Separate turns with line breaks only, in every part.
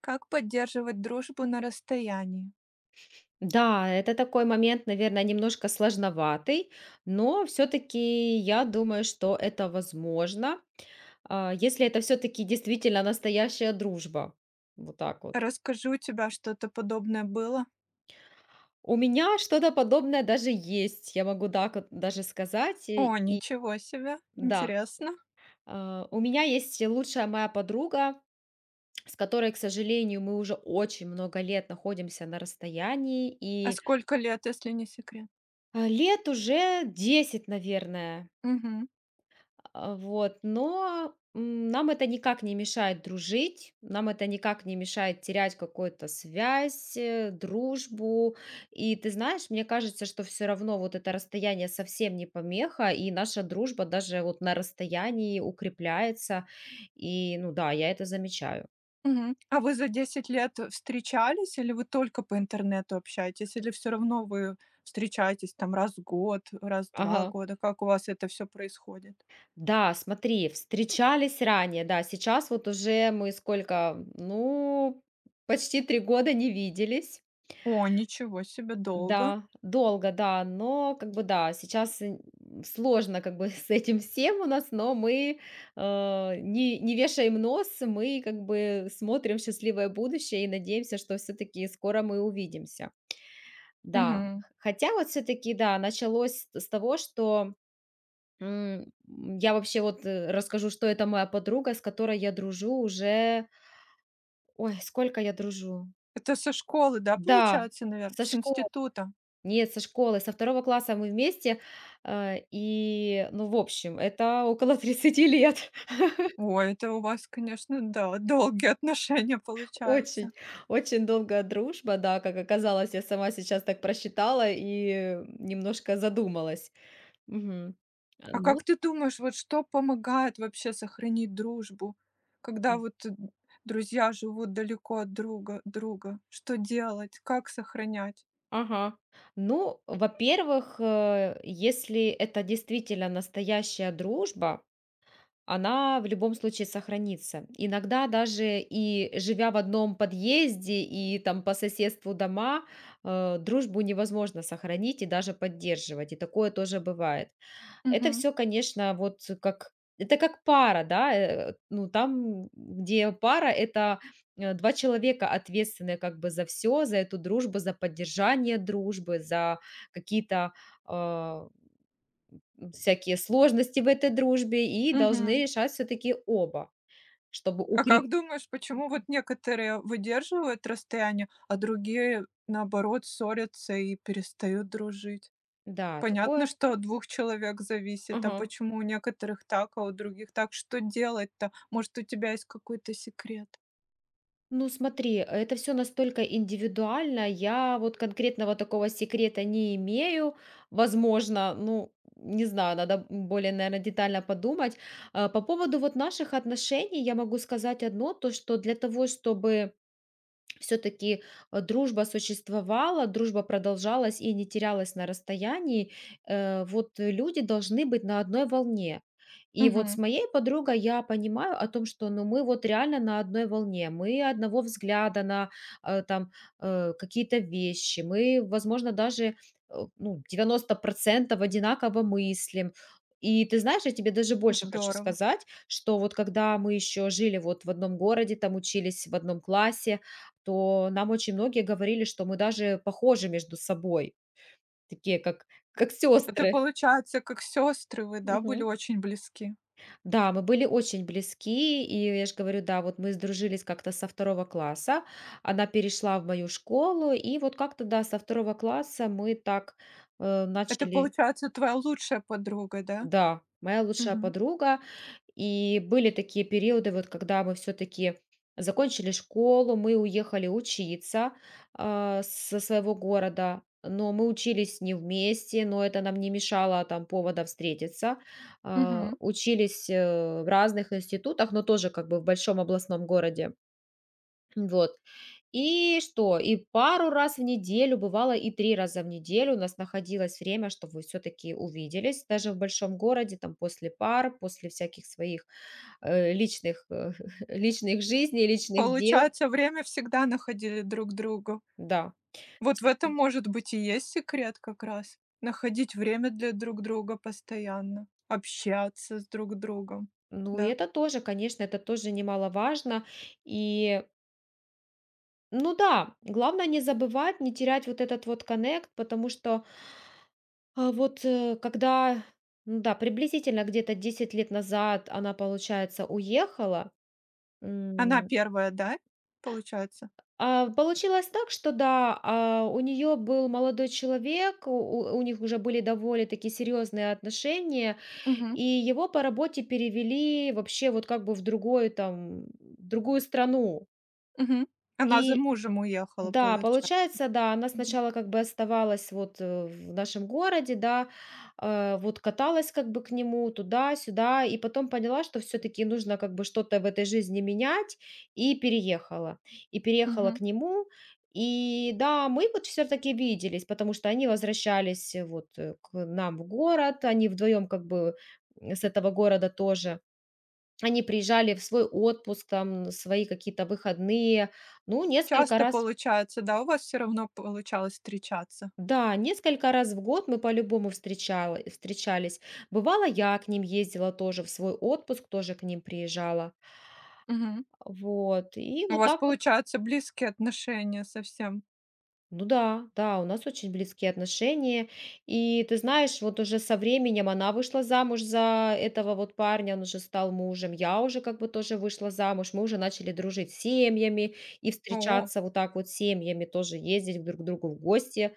Как поддерживать дружбу на расстоянии?
Да, это такой момент, наверное, немножко сложноватый, но все-таки я думаю, что это возможно, если это все-таки действительно настоящая дружба. Вот так вот.
Расскажи, у тебя что-то подобное было?
У меня что-то подобное даже есть, я могу так вот даже сказать. И,
О,
и
ничего себе,
да,
интересно.
у меня есть лучшая моя подруга, с которой, к сожалению, мы уже очень много лет находимся на расстоянии,
А
и
сколько лет, если не секрет?
лет уже 10, наверное.
Мгм,
Вот, но нам это никак не мешает дружить, нам это никак не мешает терять какую-то связь, дружбу. И ты знаешь, мне кажется, что все равно вот это расстояние совсем не помеха, и наша дружба даже вот на расстоянии укрепляется. И, ну да, я это замечаю.
мгм. А вы за 10 лет встречались или вы только по интернету общаетесь? Или все равно вы встречаетесь там раз в год, раз в два
Ага.
года? Как у вас это все происходит?
Да, смотри, встречались ранее, да, сейчас вот уже мы сколько, ну, почти 3 года не виделись.
О, ничего себе, долго.
Да, долго, да, но как бы да, сейчас сложно как бы с этим всем у нас, но мы не вешаем нос, мы как бы смотрим в счастливое будущее и надеемся, что все-таки скоро мы увидимся. Да,
Мгм.
хотя вот все-таки, да, началось с того, что м, я вообще вот расскажу, что это моя подруга, с которой я дружу уже, ой, сколько я дружу.
Это со школы, да,
Да,
получается, наверное,
со
с
школы.
института?
Нет, со школы, со второго класса мы вместе. И, ну, в общем, это около 30 лет.
Ой, это у вас, конечно, да, долгие отношения получаются.
Очень, очень долгая дружба, да, как оказалось, я сама сейчас так просчитала и немножко задумалась. Мгм.
А
Ну
как ты думаешь, вот что помогает вообще сохранить дружбу, когда
м,
вот друзья живут далеко от друга? Что делать? Как сохранять?
ага. Ну, во-первых, если это действительно настоящая дружба. Она в любом случае сохранится. Иногда даже и живя в одном подъезде и там по соседству дома, дружбу невозможно сохранить и даже поддерживать. И такое тоже бывает. Это
Мгм.
все, конечно, вот как это как пара, да, ну там, где пара, это два человека ответственные как бы за все, за эту дружбу, за поддержание дружбы, за какие-то э, всякие сложности в этой дружбе и должны
Мгм.
решать все-таки оба, чтобы
А как
укрепить.
думаешь, почему вот некоторые выдерживают расстояние, а другие, наоборот, ссорятся и перестают дружить?
Да,
Понятно,
такое.
что от 2 человек зависит. А
Ага.
почему у некоторых так, а у других так? Что делать-то? Может, у тебя есть какой-то секрет?
Ну, смотри, это все настолько индивидуально. Я вот конкретного такого секрета не имею. Возможно, ну, не знаю, надо более, наверное, детально подумать. По поводу вот наших отношений я могу сказать одно, то, что для того, чтобы все-таки дружба существовала, дружба продолжалась и не терялась на расстоянии, вот люди должны быть на одной волне. И вот с
Мгм.
моей подругой я понимаю о том, что ну, мы вот реально на одной волне, мы одного взгляда на там, какие-то вещи, мы, возможно, даже ну, 90% одинаково мыслим. И ты знаешь, я тебе даже больше хочу
Здорово.
сказать, что вот когда мы еще жили вот в одном городе, там учились в одном классе, то нам очень многие говорили, что мы даже похожи между собой, такие как
Это
сестры.
получается, как сестры вы, да, были
Мгм.
очень близки?
Да, мы были очень близки, и я ж говорю, да, вот мы сдружились как-то со второго класса. Она перешла в мою школу, и вот как-то, да, со второго класса мы так,
Это,
начали.
получается, твоя лучшая подруга, да?
Да, моя лучшая
Мгм.
подруга. И были такие периоды, вот когда мы все-таки закончили школу, мы уехали учиться со своего города, но мы учились не вместе, но это нам не мешало там повода встретиться.
Мгм.
Учились в разных институтах, но тоже как бы в большом областном городе. Вот. И что? И пару раз в неделю, бывало и 3 раза в неделю у нас находилось время, чтобы все таки увиделись. Даже в большом городе, там, после пар, после всяких своих, личных, личных жизней, личных дел.
Получается, время всегда находили друг другу.
Да,
Вот в
всегда.
этом, может быть, и есть секрет как раз. Находить время для друг друга постоянно, общаться с друг другом,
Ну, и
да?
это тоже, конечно, это тоже немаловажно. И, ну да, главное не забывать, не терять вот этот вот коннект, потому что. А вот, когда, ну да, приблизительно где-то 10 лет назад она, получается, уехала.
Она
М,
первая, да, получается?
а получилось так, что да, у нее был молодой человек, у них уже были довольно-таки серьезные отношения,
Мгм,
и его по работе перевели вообще вот как бы в другую там, в другую страну.
мгм. Она за
И
мужем уехала,
да,
получается.
получается, да, она
Мгм.
сначала как бы оставалась вот в нашем городе, да, вот каталась как бы к нему туда-сюда, и потом поняла, что все-таки нужно как бы что-то в этой жизни менять, и переехала. И переехала
Мгм.
к нему, и да, мы вот все-таки виделись, потому что они возвращались вот к нам в город, они вдвоем как бы с этого города тоже. Они приезжали в свой отпуск, там, свои какие-то выходные, ну, несколько
Часто
раз.
получается, да, у вас все равно получалось встречаться?
Да, несколько раз в год мы по-любому встречались. Бывало, я к ним ездила тоже в свой отпуск, тоже к ним приезжала.
Мгм.
Вот, и
У
вот
вас,
так вот.
получается, близкие отношения совсем.
Ну да, да, у нас очень близкие отношения. И ты знаешь, вот уже со временем она вышла замуж за этого вот парня, он уже стал мужем. Я уже как бы тоже вышла замуж. Мы уже начали дружить семьями и
О,
встречаться вот так вот семьями, тоже ездить друг к другу в гости.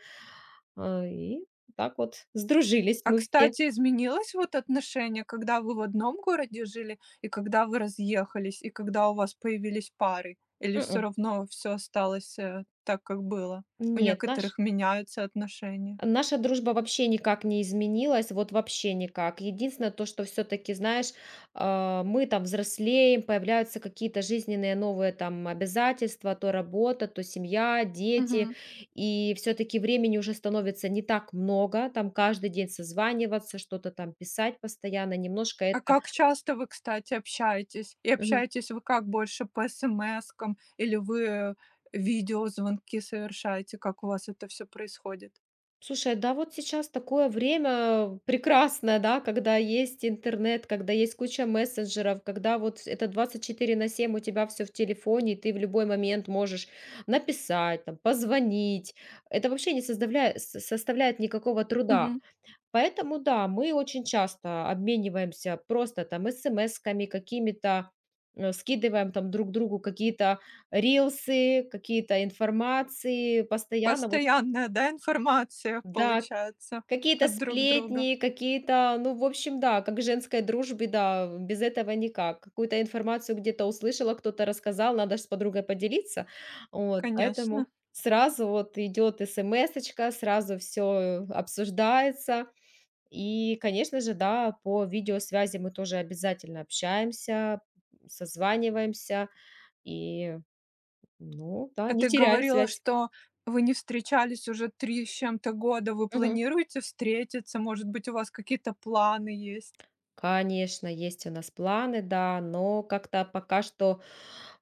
И так вот сдружились мы все.
кстати, изменилось вот отношение, когда вы в одном городе жили и когда вы разъехались, и когда у вас появились пары? Или все
М-м.
равно все осталось, так, как было? У
Нет,
некоторых меняются отношения.
наша дружба вообще никак не изменилась, вот вообще никак. Единственное то, что все таки знаешь, мы там взрослеем, появляются какие-то жизненные новые там обязательства, то работа, то семья, дети.
Мгм.
И все таки времени уже становится не так много, там каждый день созваниваться, что-то там писать постоянно, немножко
А
это.
как часто вы, кстати, общаетесь? И общаетесь вы как, больше по смскам или вы видеозвонки совершаете? Как у вас это все происходит?
Слушай, да, вот сейчас такое время прекрасное, да, когда есть интернет, когда есть куча мессенджеров, когда вот это 24/7 у тебя все в телефоне, и ты в любой момент можешь написать, там, позвонить. Это вообще не составляет никакого труда.
Мгм.
Поэтому, да, мы очень часто обмениваемся просто там смс-ками, какими-то скидываем там друг другу какие-то рилсы, какие-то информации, постоянно вот,
Постоянная, да, информация
да.
получается
Какие-то
от друг друга?
сплетни, какие-то, ну, в общем, да, как в женской дружбе, да, без этого никак. Какую-то информацию где-то услышала, кто-то рассказал, надо ж с подругой поделиться. Вот,
Конечно.
поэтому сразу вот идет смс-очка, сразу все обсуждается. И, конечно же, да, по видеосвязи мы тоже обязательно общаемся, созваниваемся и, ну, да,
А
не
ты
теряем
говорила,
связь.
что вы не встречались уже 3 с чем-то года. Вы
Мгм.
планируете встретиться? Может быть, у вас какие-то планы есть?
Конечно, есть у нас планы, да, но как-то пока что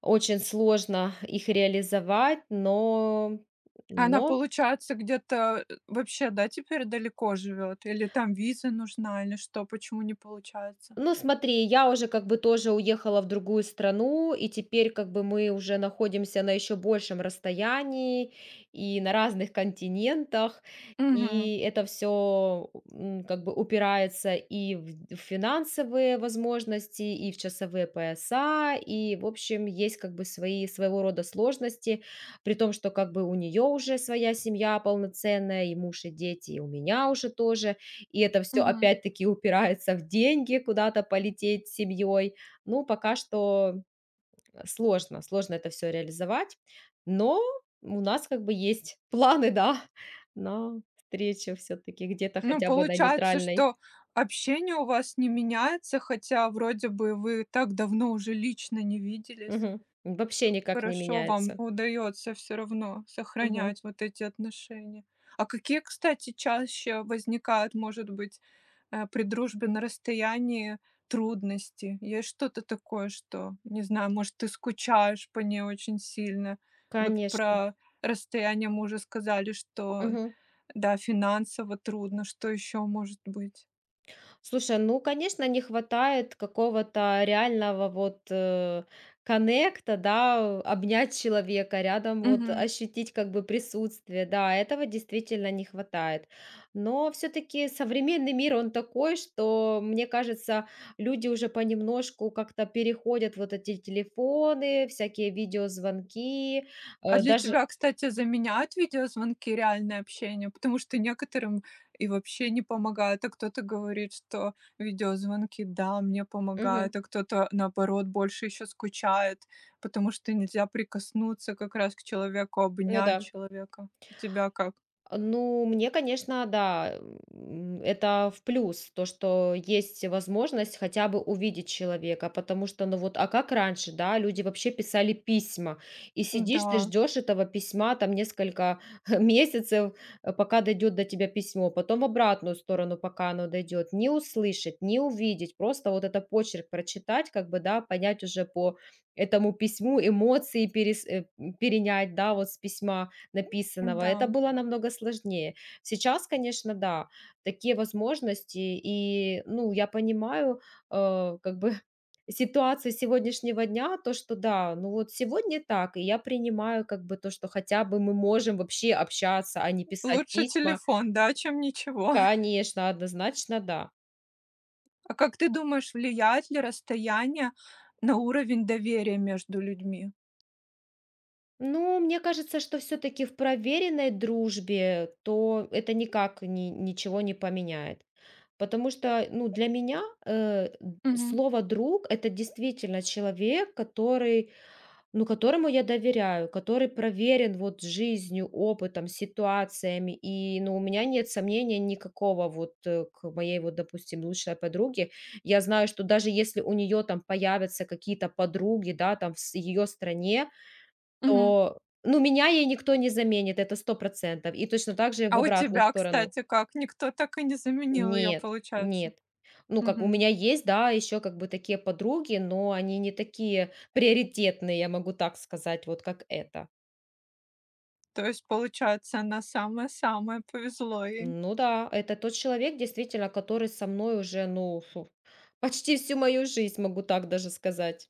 очень сложно их реализовать, но
Она,
но
получается, где-то, вообще, да, теперь далеко живет? Или там виза нужна, или что? Почему не получается?
Ну, смотри, я уже как бы тоже уехала в другую страну, и теперь как бы мы уже находимся на еще большем расстоянии и на разных континентах,
Мгм,
и это все как бы упирается и в финансовые возможности, и в часовые пояса, и, в общем, есть как бы свои своего рода сложности, при том, что как бы у нее уже своя семья полноценная, и муж, и дети, и у меня уже тоже, и это все
мгм.
опять-таки упирается в деньги, куда-то полететь с семьей. Ну, пока что, сложно это все реализовать, но у нас как бы есть планы, да, на встречу все таки где-то
Ну,
хотя бы на
получается,
нейтральной.
что общение у вас не меняется, хотя вроде бы вы так давно уже лично не виделись.
Мгм. Вообще никак не
Хорошо вам
меняется.
удается все равно
Мгм.
сохранять вот эти отношения. А какие, кстати, чаще возникают, может быть, при дружбе на расстоянии трудности? Есть что-то такое, что, не знаю, может, ты скучаешь по ней очень сильно? Вот
Конечно.
про расстояние мы уже сказали, что,
Мгм.
да, финансово трудно. Что еще может быть?
Слушай, ну, конечно, не хватает какого-то реального вот коннекта, да, обнять человека, рядом вот ощутить как бы присутствие, да, этого действительно не хватает. Но все-таки современный мир, он такой, что, мне кажется, люди уже понемножку как-то переходят вот эти телефоны, всякие видеозвонки,
А для
даже...
тебя, кстати, заменяют видеозвонки реальное общение? Потому что некоторым и вообще не помогает, а кто-то говорит, что видеозвонки, да, мне
Мгм.
помогают, а кто-то, наоборот, больше еще скучает, потому что нельзя прикоснуться как раз к человеку,
Ну
обнять
да.
человека. У тебя как?
Ну, мне, конечно, да, это в плюс, то, что есть возможность хотя бы увидеть человека, потому что, ну вот, а как раньше, да, люди вообще писали письма, и сидишь ты
Да,
ждешь этого письма там несколько месяцев, пока дойдет до тебя письмо, потом в обратную сторону, пока оно дойдет, не услышать, не увидеть, просто вот это почерк прочитать, как бы, да, понять уже по этому письму, эмоции перенять, да, вот с письма, написанного.
да.
Это было намного сложнее. Сейчас, конечно, да, такие возможности, и, ну, я понимаю, как бы ситуацию сегодняшнего дня, то, что да, ну вот сегодня так, и я принимаю как бы то, что хотя бы мы можем вообще общаться, а не писать
Лучше
письма.
телефон, да, чем ничего.
Конечно, однозначно да.
А как ты думаешь, влияет ли расстояние на уровень доверия между людьми?
Ну, мне кажется, что все-таки в проверенной дружбе, то это никак ничего не поменяет. Потому что, ну, для меня
Мгм,
слово друг это действительно человек, который, ну, которому я доверяю, который проверен вот жизнью, опытом, ситуациями. И, ну, у меня нет сомнения никакого вот к моей вот, допустим, лучшей подруге. Я знаю, что даже если у нее там появятся какие-то подруги, да, там в ее стране,
мгм.
то, ну, меня ей никто не заменит, это 100%. И точно так же в
А у
обратную
тебя,
сторону.
кстати, как? Никто так и не заменил ее,
Нет,
получается?
нет. Ну, как у
Мгм.
меня есть, да, еще как бы такие подруги, но они не такие приоритетные, я могу так сказать, вот как это.
То есть, получается, она самая-самая, повезло ей.
Ну да, это тот человек, действительно, который со мной уже, ну, фу, почти всю мою жизнь, могу так даже сказать.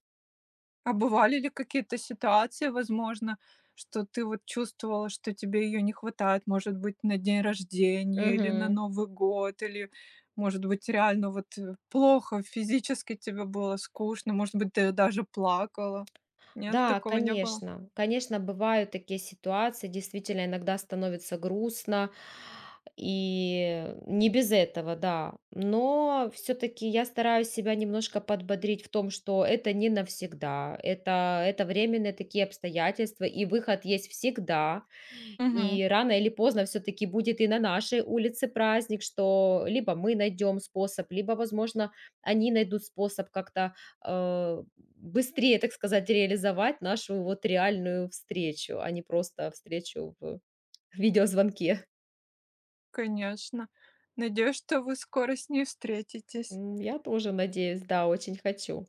А бывали ли какие-то ситуации, возможно, что ты вот чувствовала, что тебе ее не хватает, может быть, на день рождения или на
Мгм.
Новый год, или, может быть, реально вот, плохо физически тебе было, скучно, может быть, ты даже плакала? Нет,
Да,
такого не было?
конечно. Конечно, бывают такие ситуации. Действительно, иногда становится грустно. И не без этого, да. Но все-таки я стараюсь себя немножко подбодрить в том, что это не навсегда. Это временные такие обстоятельства, и выход есть всегда.
Мгм.
И рано или поздно все-таки будет и на нашей улице праздник, что либо мы найдем способ, либо, возможно, они найдут способ как-то э, быстрее, так сказать, реализовать нашу вот реальную встречу, а не просто встречу в видеозвонке.
Конечно. Надеюсь, что вы скоро с ней встретитесь.
Я тоже надеюсь, да, очень хочу.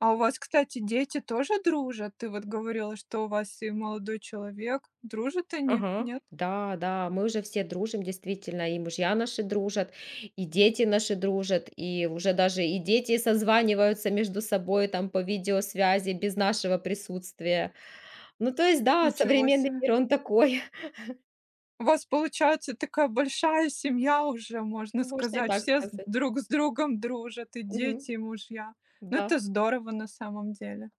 А у вас, кстати, дети тоже дружат? Ты вот говорила, что у вас и молодой человек. Дружат они?
Ага.
Нет?
Да, да, мы уже все дружим, действительно, и мужья наши дружат, и дети наши дружат, и уже даже и дети созваниваются между собой там по видеосвязи без нашего присутствия. Ну, то есть, да,
Ничего
современный
себе.
мир, он такой,
У вас получается такая большая семья уже, можно
можно и
сказать.
так
Все
сказать.
друг с другом дружат, и
Мгм.
дети, и мужья. Ну,
Да,
это здорово на самом деле.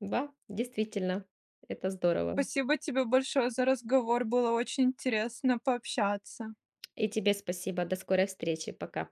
да, действительно, это здорово.
Спасибо тебе большое за разговор. Было очень интересно пообщаться.
И тебе спасибо, до скорой встречи, пока.